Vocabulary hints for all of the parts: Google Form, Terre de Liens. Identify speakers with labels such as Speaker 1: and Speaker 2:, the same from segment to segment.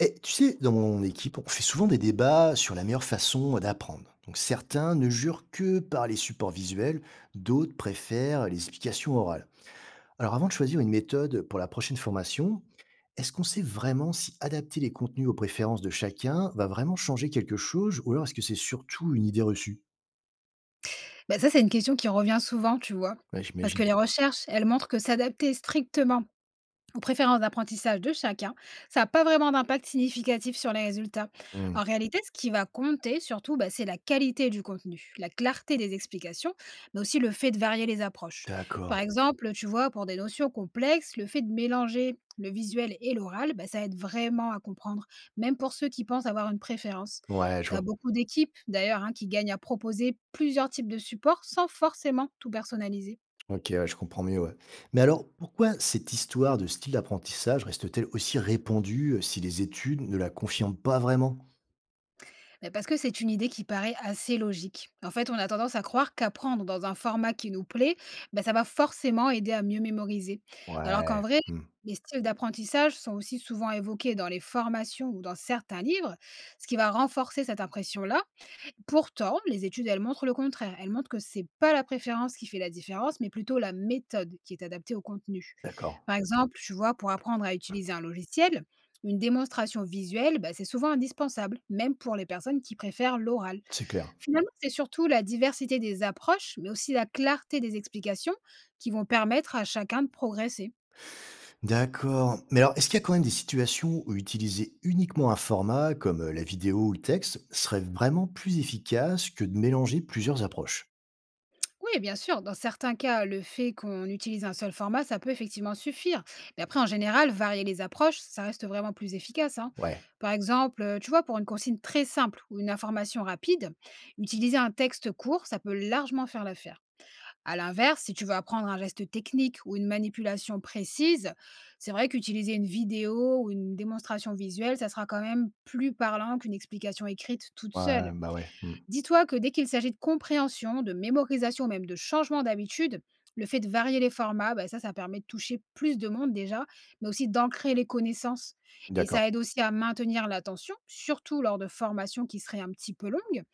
Speaker 1: Et tu sais, dans mon équipe, on fait souvent des débats sur la meilleure façon d'apprendre. Donc certains ne jurent que par les supports visuels, d'autres préfèrent les explications orales. Alors avant de choisir une méthode pour la prochaine formation, est-ce qu'on sait vraiment si adapter les contenus aux préférences de chacun va vraiment changer quelque chose, ou alors est-ce que c'est surtout une idée reçue?
Speaker 2: Bah, ça, c'est une question qui revient souvent, tu vois?
Speaker 1: Ouais,
Speaker 2: Parce
Speaker 1: j'imagine.
Speaker 2: que les recherches, elles montrent que s'adapter strictement aux préférences d'apprentissage de chacun, ça n'a pas vraiment d'impact significatif sur les résultats.
Speaker 1: Hmm,
Speaker 2: En réalité, ce qui va compter surtout, bah, c'est la qualité du contenu, la clarté des explications, mais aussi le fait de varier les approches. Par
Speaker 1: D'accord.
Speaker 2: exemple, tu vois, pour des notions complexes, le fait de mélanger le visuel et l'oral, bah, ça aide vraiment à comprendre, même pour ceux qui pensent avoir une préférence.
Speaker 1: Ouais, je
Speaker 2: Tu as
Speaker 1: vois.
Speaker 2: beaucoup d'équipes, d'ailleurs, hein, qui gagnent à proposer plusieurs types de supports sans forcément tout personnaliser.
Speaker 1: OK, ouais, je comprends mieux, ouais. Mais alors, pourquoi cette histoire de style d'apprentissage reste-t-elle aussi répandue si les études ne la confirment pas vraiment?
Speaker 2: Bah, parce que c'est une idée qui paraît assez logique. En fait, on a tendance à croire qu'apprendre dans un format qui nous plaît, ben ça va forcément aider à mieux mémoriser. Alors qu'en
Speaker 1: Ouais.
Speaker 2: vrai, les styles d'apprentissage sont aussi souvent évoqués dans les formations ou dans certains livres, ce qui va renforcer cette impression-là. Pourtant, les études, elles montrent le contraire. Elles montrent que c'est pas la préférence qui fait la différence, mais plutôt la méthode qui est adaptée au contenu.
Speaker 1: D'accord,
Speaker 2: Par exemple, tu vois, pour apprendre à utiliser un logiciel, une démonstration visuelle, bah, c'est souvent indispensable, même pour les personnes qui préfèrent l'oral.
Speaker 1: c'est clair.
Speaker 2: Finalement, c'est surtout la diversité des approches, mais aussi la clarté des explications qui vont permettre à chacun de progresser.
Speaker 1: D'accord. Mais alors, est-ce qu'il y a quand même des situations où utiliser uniquement un format comme la vidéo ou le texte serait vraiment plus efficace que de mélanger plusieurs approches?
Speaker 2: Oui, bien sûr. Dans certains cas, le fait qu'on utilise un seul format, ça peut effectivement suffire. Mais après, en général, varier les approches, ça reste vraiment plus efficace, hein.
Speaker 1: Ouais,
Speaker 2: Par exemple, tu vois, pour une consigne très simple ou une information rapide, utiliser un texte court, ça peut largement faire l'affaire. À l'inverse, si tu veux apprendre un geste technique ou une manipulation précise, c'est vrai qu'utiliser une vidéo ou une démonstration visuelle, ça sera quand même plus parlant qu'une explication écrite toute seule.
Speaker 1: ouais, bah ouais.
Speaker 2: Dis-toi que dès qu'il s'agit de compréhension, de mémorisation même de changement d'habitude, le fait de varier les formats, bah, ça permet de toucher plus de monde déjà, mais aussi d'ancrer les connaissances. Et
Speaker 1: D'accord.
Speaker 2: ça aide aussi à maintenir l'attention, surtout lors de formations qui seraient un petit peu longues.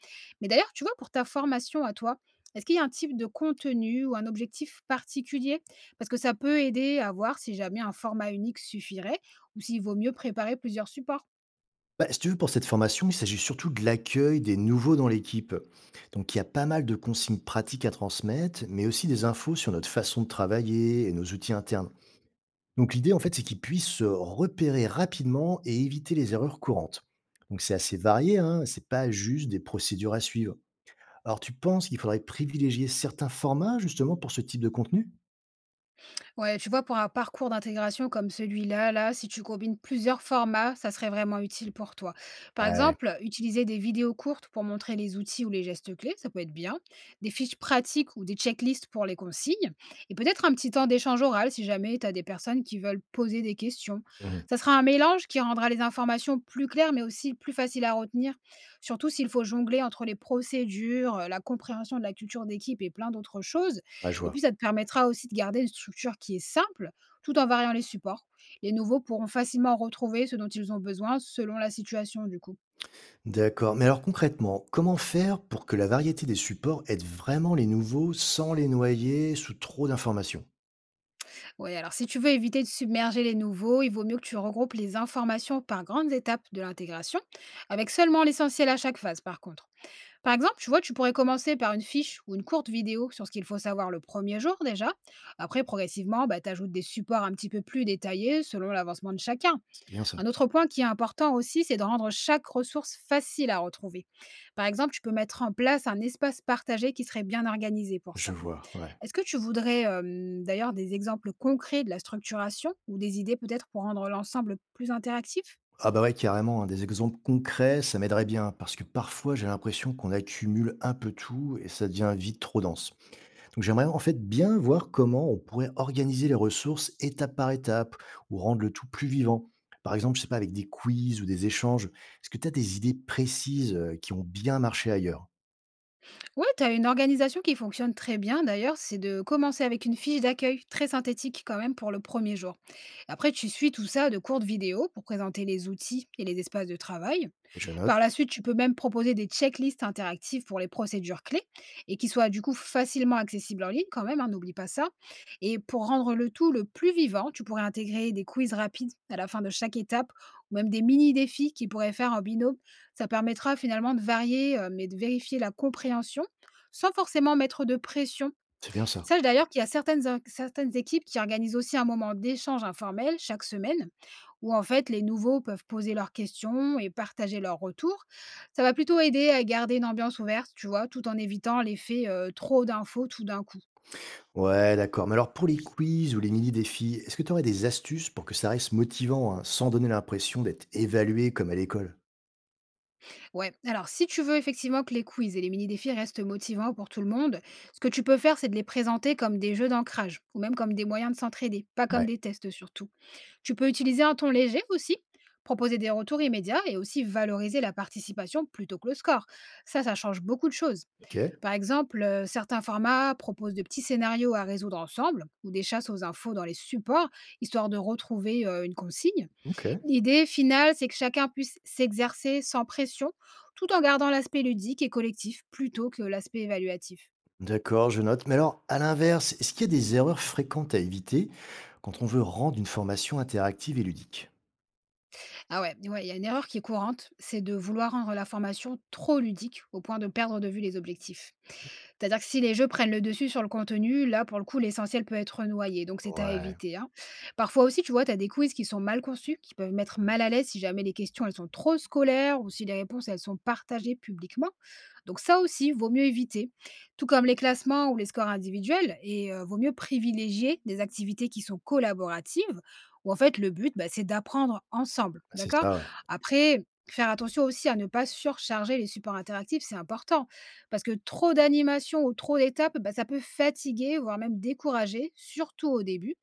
Speaker 2: Mais d'ailleurs, tu vois, pour ta formation à toi, est-ce qu'il y a un type de contenu ou un objectif particulier? Parce que ça peut aider à voir si jamais un format unique suffirait ou s'il vaut mieux préparer plusieurs supports.
Speaker 1: Bah, si tu veux, pour cette formation, il s'agit surtout de l'accueil des nouveaux dans l'équipe. Donc, il y a pas mal de consignes pratiques à transmettre, mais aussi des infos sur notre façon de travailler et nos outils internes. Donc, l'idée, en fait, c'est qu'ils puissent se repérer rapidement et éviter les erreurs courantes. Donc, c'est assez varié, hein, c'est pas juste des procédures à suivre. Alors, tu penses qu'il faudrait privilégier certains formats, justement, pour ce type de contenu?
Speaker 2: Ouais, tu vois, pour un parcours d'intégration comme celui-là, là, si tu combines plusieurs formats, ça serait vraiment utile pour toi. Par
Speaker 1: Ouais.
Speaker 2: exemple, utiliser des vidéos courtes pour montrer les outils ou les gestes clés, ça peut être bien. Des fiches pratiques ou des checklists pour les consignes. Et peut-être un petit temps d'échange oral si jamais tu as des personnes qui veulent poser des questions.
Speaker 1: Mhm.
Speaker 2: Ça sera un mélange qui rendra les informations plus claires, mais aussi plus faciles à retenir, surtout s'il faut jongler entre les procédures, la compréhension de la culture d'équipe et plein d'autres choses.
Speaker 1: Ouais, je
Speaker 2: Et
Speaker 1: vois.
Speaker 2: puis, ça te permettra aussi de garder une structure qui est simple, tout en variant les supports. Les nouveaux pourront facilement retrouver ce dont ils ont besoin selon la situation du coup.
Speaker 1: D'accord. Mais alors concrètement, comment faire pour que la variété des supports aide vraiment les nouveaux sans les noyer sous trop d'informations?
Speaker 2: Oui, alors si tu veux éviter de submerger les nouveaux, il vaut mieux que tu regroupes les informations par grandes étapes de l'intégration, avec seulement l'essentiel à chaque phase par contre. Par exemple, tu vois, tu pourrais commencer par une fiche ou une courte vidéo sur ce qu'il faut savoir le premier jour déjà. Après, progressivement, bah, tu ajoutes des supports un petit peu plus détaillés selon l'avancement de chacun.
Speaker 1: C'est bien ça.
Speaker 2: Un autre point qui est important aussi, c'est de rendre chaque ressource facile à retrouver. Par exemple, tu peux mettre en place un espace partagé qui serait bien organisé pour
Speaker 1: Je
Speaker 2: ça.
Speaker 1: vois, ouais.
Speaker 2: Est-ce que tu voudrais d'ailleurs des exemples concrets de la structuration ou des idées peut-être pour rendre l'ensemble plus interactif?
Speaker 1: Ah bah ouais, carrément, hein, des exemples concrets, ça m'aiderait bien, parce que parfois j'ai l'impression qu'on accumule un peu tout et ça devient vite trop dense. Donc j'aimerais en fait bien voir comment on pourrait organiser les ressources étape par étape ou rendre le tout plus vivant. Par exemple, je sais pas, avec des quiz ou des échanges. Est-ce que tu as des idées précises qui ont bien marché ailleurs?
Speaker 2: Oui, tu as une organisation qui fonctionne très bien d'ailleurs, c'est de commencer avec une fiche d'accueil très synthétique quand même pour le premier jour. Après, tu suis tout ça de courtes vidéos pour présenter les outils et les espaces de travail.
Speaker 1: Je note.
Speaker 2: Par la suite, tu peux même proposer des checklists interactives pour les procédures clés et qui soient du coup facilement accessibles en ligne quand même, hein, n'oublie pas ça. Et pour rendre le tout le plus vivant, tu pourrais intégrer des quiz rapides à la fin de chaque étape ou même des mini-défis qu'ils pourraient faire en binôme. Ça permettra finalement de varier, mais de vérifier la compréhension sans forcément mettre de pression.
Speaker 1: C'est bien ça.
Speaker 2: Sache d'ailleurs qu'il y a certaines équipes qui organisent aussi un moment d'échange informel chaque semaine où en fait les nouveaux peuvent poser leurs questions et partager leurs retours. Ça va plutôt aider à garder une ambiance ouverte, tu vois, tout en évitant l'effet trop d'infos tout d'un coup.
Speaker 1: Ouais, d'accord. Mais alors pour les quiz ou les mini-défis, est-ce que tu aurais des astuces pour que ça reste motivant, hein, sans donner l'impression d'être évalué comme à l'école?
Speaker 2: Ouais, alors si tu veux effectivement que les quiz et les mini-défis restent motivants pour tout le monde, ce que tu peux faire, c'est de les présenter comme des jeux d'ancrage ou même comme des moyens de s'entraider, pas comme
Speaker 1: Ouais,
Speaker 2: des tests surtout. Tu peux utiliser un ton léger aussi. Proposer des retours immédiats et aussi valoriser la participation plutôt que le score. Ça change beaucoup de choses.
Speaker 1: ok,
Speaker 2: Par exemple, certains formats proposent de petits scénarios à résoudre ensemble ou des chasses aux infos dans les supports, histoire de retrouver une consigne.
Speaker 1: ok.
Speaker 2: L'idée finale, c'est que chacun puisse s'exercer sans pression, tout en gardant l'aspect ludique et collectif plutôt que l'aspect évaluatif.
Speaker 1: D'accord, je note. Mais alors, à l'inverse, est-ce qu'il y a des erreurs fréquentes à éviter quand on veut rendre une formation interactive et ludique?
Speaker 2: Ah ouais, ouais, il y a une erreur qui est courante, c'est de vouloir rendre la formation trop ludique au point de perdre de vue les objectifs. C'est-à-dire que si les jeux prennent le dessus sur le contenu, là, pour le coup, l'essentiel peut être noyé, donc c'est à
Speaker 1: Ouais,
Speaker 2: éviter, hein. Parfois aussi, tu vois, tu as des quiz qui sont mal conçus, qui peuvent mettre mal à l'aise si jamais les questions, elles sont trop scolaires ou si les réponses, elles sont partagées publiquement. Donc ça aussi, vaut mieux éviter. Tout comme les classements ou les scores individuels, et vaut mieux privilégier des activités qui sont collaboratives, où en fait, le but, bah, c'est d'apprendre ensemble,
Speaker 1: c'est
Speaker 2: d'accord?
Speaker 1: ça, ouais.
Speaker 2: Après... Faire attention aussi à ne pas surcharger les supports interactifs, c'est important. Parce que trop d'animations ou trop d'étapes, bah, ça peut fatiguer, voire même décourager, surtout au début.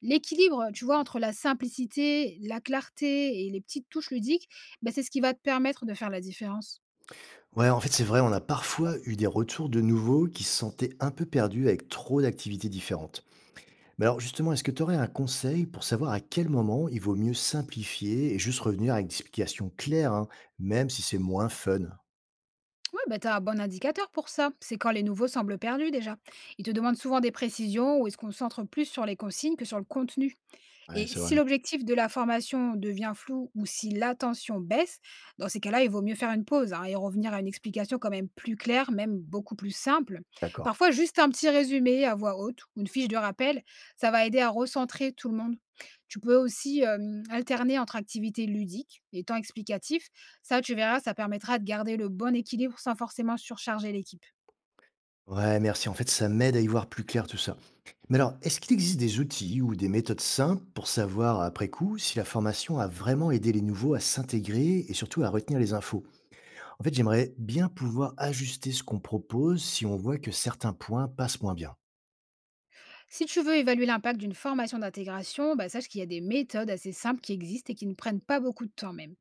Speaker 2: L'équilibre, tu vois, entre la simplicité, la clarté et les petites touches ludiques, bah, c'est ce qui va te permettre de faire la différence.
Speaker 1: Ouais, en fait, c'est vrai, on a parfois eu des retours de nouveaux qui se sentaient un peu perdus avec trop d'activités différentes. Mais alors justement, est-ce que tu aurais un conseil pour savoir à quel moment il vaut mieux simplifier et juste revenir avec des explications claires, hein, même si c'est moins fun?
Speaker 2: Ouais, bah, tu as un bon indicateur pour ça. C'est quand les nouveaux semblent perdus déjà. Ils te demandent souvent des précisions ou ils se concentrent plus sur les consignes que sur le contenu.
Speaker 1: Ouais,
Speaker 2: Et
Speaker 1: c'est vrai.
Speaker 2: si l'objectif de la formation devient flou ou si l'attention baisse, dans ces cas-là, il vaut mieux faire une pause, hein, et revenir à une explication quand même plus claire, même beaucoup plus simple.
Speaker 1: D'accord.
Speaker 2: Parfois, juste un petit résumé à voix haute ou une fiche de rappel, ça va aider à recentrer tout le monde. Tu peux aussi alterner entre activités ludiques et temps explicatif. Ça, tu verras, ça permettra de garder le bon équilibre sans forcément surcharger l'équipe.
Speaker 1: Ouais, merci. En fait, ça m'aide à y voir plus clair tout ça. Mais alors, est-ce qu'il existe des outils ou des méthodes simples pour savoir après coup si la formation a vraiment aidé les nouveaux à s'intégrer et surtout à retenir les infos? En fait, j'aimerais bien pouvoir ajuster ce qu'on propose si on voit que certains points passent moins bien.
Speaker 2: Si tu veux évaluer l'impact d'une formation d'intégration, bah, sache qu'il y a des méthodes assez simples qui existent et qui ne prennent pas beaucoup de temps même.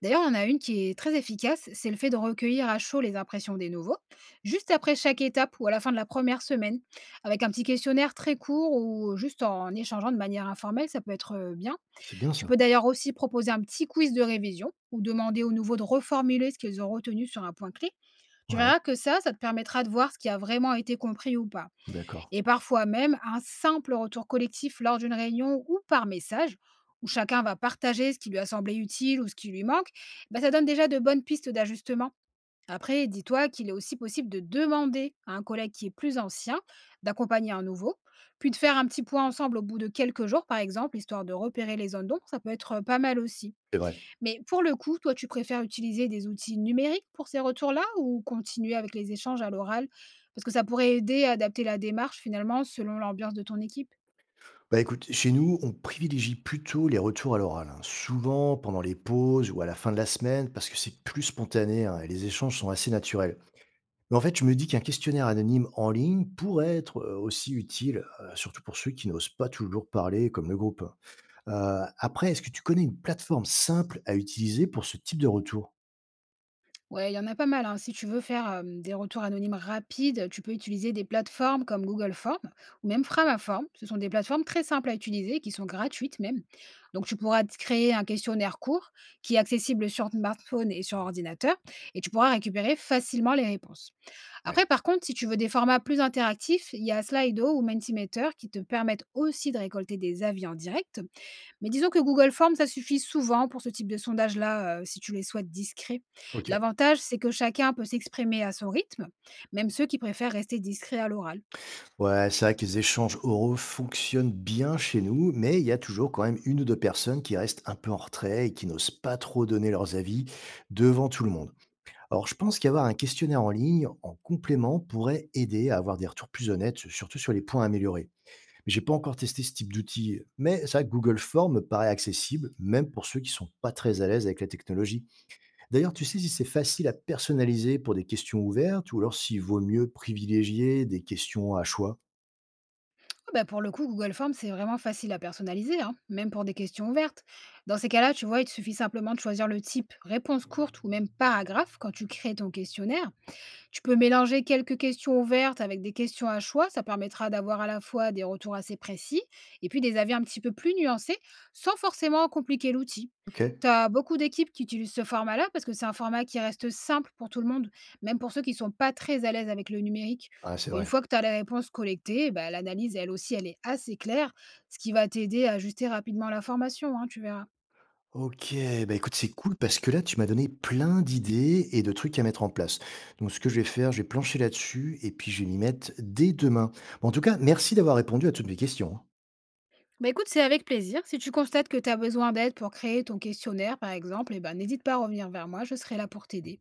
Speaker 2: D'ailleurs, il y en a une qui est très efficace, c'est le fait de recueillir à chaud les impressions des nouveaux, juste après chaque étape ou à la fin de la première semaine, avec un petit questionnaire très court ou juste en échangeant de manière informelle, ça peut être bien.
Speaker 1: C'est bien
Speaker 2: Tu
Speaker 1: ça.
Speaker 2: peux d'ailleurs aussi proposer un petit quiz de révision ou demander aux nouveaux de reformuler ce qu'ils ont retenu sur un point clé. Tu
Speaker 1: Ouais,
Speaker 2: verras que ça te permettra de voir ce qui a vraiment été compris ou pas.
Speaker 1: d'accord.
Speaker 2: Et parfois même un simple retour collectif lors d'une réunion ou par message, où chacun va partager ce qui lui a semblé utile ou ce qui lui manque, bah, ça donne déjà de bonnes pistes d'ajustement. Après, dis-toi qu'il est aussi possible de demander à un collègue qui est plus ancien d'accompagner un nouveau, puis de faire un petit point ensemble au bout de quelques jours, par exemple, histoire de repérer les zones d'ombre, ça peut être pas mal aussi.
Speaker 1: C'est vrai.
Speaker 2: Mais pour le coup, toi, tu préfères utiliser des outils numériques pour ces retours-là ou continuer avec les échanges à l'oral? Parce que ça pourrait aider à adapter la démarche finalement selon l'ambiance de ton équipe.
Speaker 1: Bah écoute, chez nous, on privilégie plutôt les retours à l'oral, hein, souvent pendant les pauses ou à la fin de la semaine, parce que c'est plus spontané, hein, et les échanges sont assez naturels. Mais en fait, je me dis qu'un questionnaire anonyme en ligne pourrait être aussi utile, surtout pour ceux qui n'osent pas toujours parler comme le groupe, hein. Après, est-ce que tu connais une plateforme simple à utiliser pour ce type de retour?
Speaker 2: Ouais, il y en a pas mal, hein. Si tu veux faire des retours anonymes rapides, tu peux utiliser des plateformes comme Google Form ou même Framaform. Ce sont des plateformes très simples à utiliser, qui sont gratuites même. Donc tu pourras te créer un questionnaire court qui est accessible sur smartphone et sur ordinateur, et tu pourras récupérer facilement les réponses.
Speaker 1: Ouais,
Speaker 2: Après, par contre, si tu veux des formats plus interactifs, il y a Slido ou Mentimeter qui te permettent aussi de récolter des avis en direct. Mais disons que Google Forms, ça suffit souvent pour ce type de sondage-là, si tu les souhaites discrets.
Speaker 1: ok.
Speaker 2: L'avantage, c'est que chacun peut s'exprimer à son rythme, même ceux qui préfèrent rester discrets à l'oral.
Speaker 1: Ouais, c'est vrai que les échanges oraux fonctionnent bien chez nous, mais il y a toujours quand même une ou deux personnes qui restent un peu en retrait et qui n'osent pas trop donner leurs avis devant tout le monde. Alors, je pense qu'avoir un questionnaire en ligne en complément pourrait aider à avoir des retours plus honnêtes, surtout sur les points améliorés. Mais j'ai pas encore testé ce type d'outil, mais ça, Google Form me paraît accessible, même pour ceux qui sont pas très à l'aise avec la technologie. D'ailleurs, tu sais si c'est facile à personnaliser pour des questions ouvertes, ou alors s'il vaut mieux privilégier des questions à choix?
Speaker 2: Ah bah, pour le coup, Google Forms, c'est vraiment facile à personnaliser, hein, même pour des questions ouvertes. Dans ces cas-là, tu vois, il te suffit simplement de choisir le type réponse courte ou même paragraphe quand tu crées ton questionnaire. Tu peux mélanger quelques questions ouvertes avec des questions à choix. Ça permettra d'avoir à la fois des retours assez précis et puis des avis un petit peu plus nuancés sans forcément compliquer l'outil.
Speaker 1: Ok.
Speaker 2: Tu as beaucoup d'équipes qui utilisent ce format-là parce que c'est un format qui reste simple pour tout le monde, même pour ceux qui ne sont pas très à l'aise avec le numérique.
Speaker 1: Ah, c'est
Speaker 2: Et une
Speaker 1: vrai.
Speaker 2: fois que tu as les réponses collectées, bah, l'analyse, elle aussi, elle est assez claire, ce qui va t'aider à ajuster rapidement la formation, hein, tu verras.
Speaker 1: OK, bah, écoute, c'est cool parce que là, tu m'as donné plein d'idées et de trucs à mettre en place. Donc, ce que je vais faire, je vais plancher là-dessus et puis je vais m'y mettre dès demain. Bon, en tout cas, merci d'avoir répondu à toutes mes questions, hein.
Speaker 2: Bah écoute, c'est avec plaisir. Si tu constates que tu as besoin d'aide pour créer ton questionnaire, par exemple, eh ben, n'hésite pas à revenir vers moi, je serai là pour t'aider.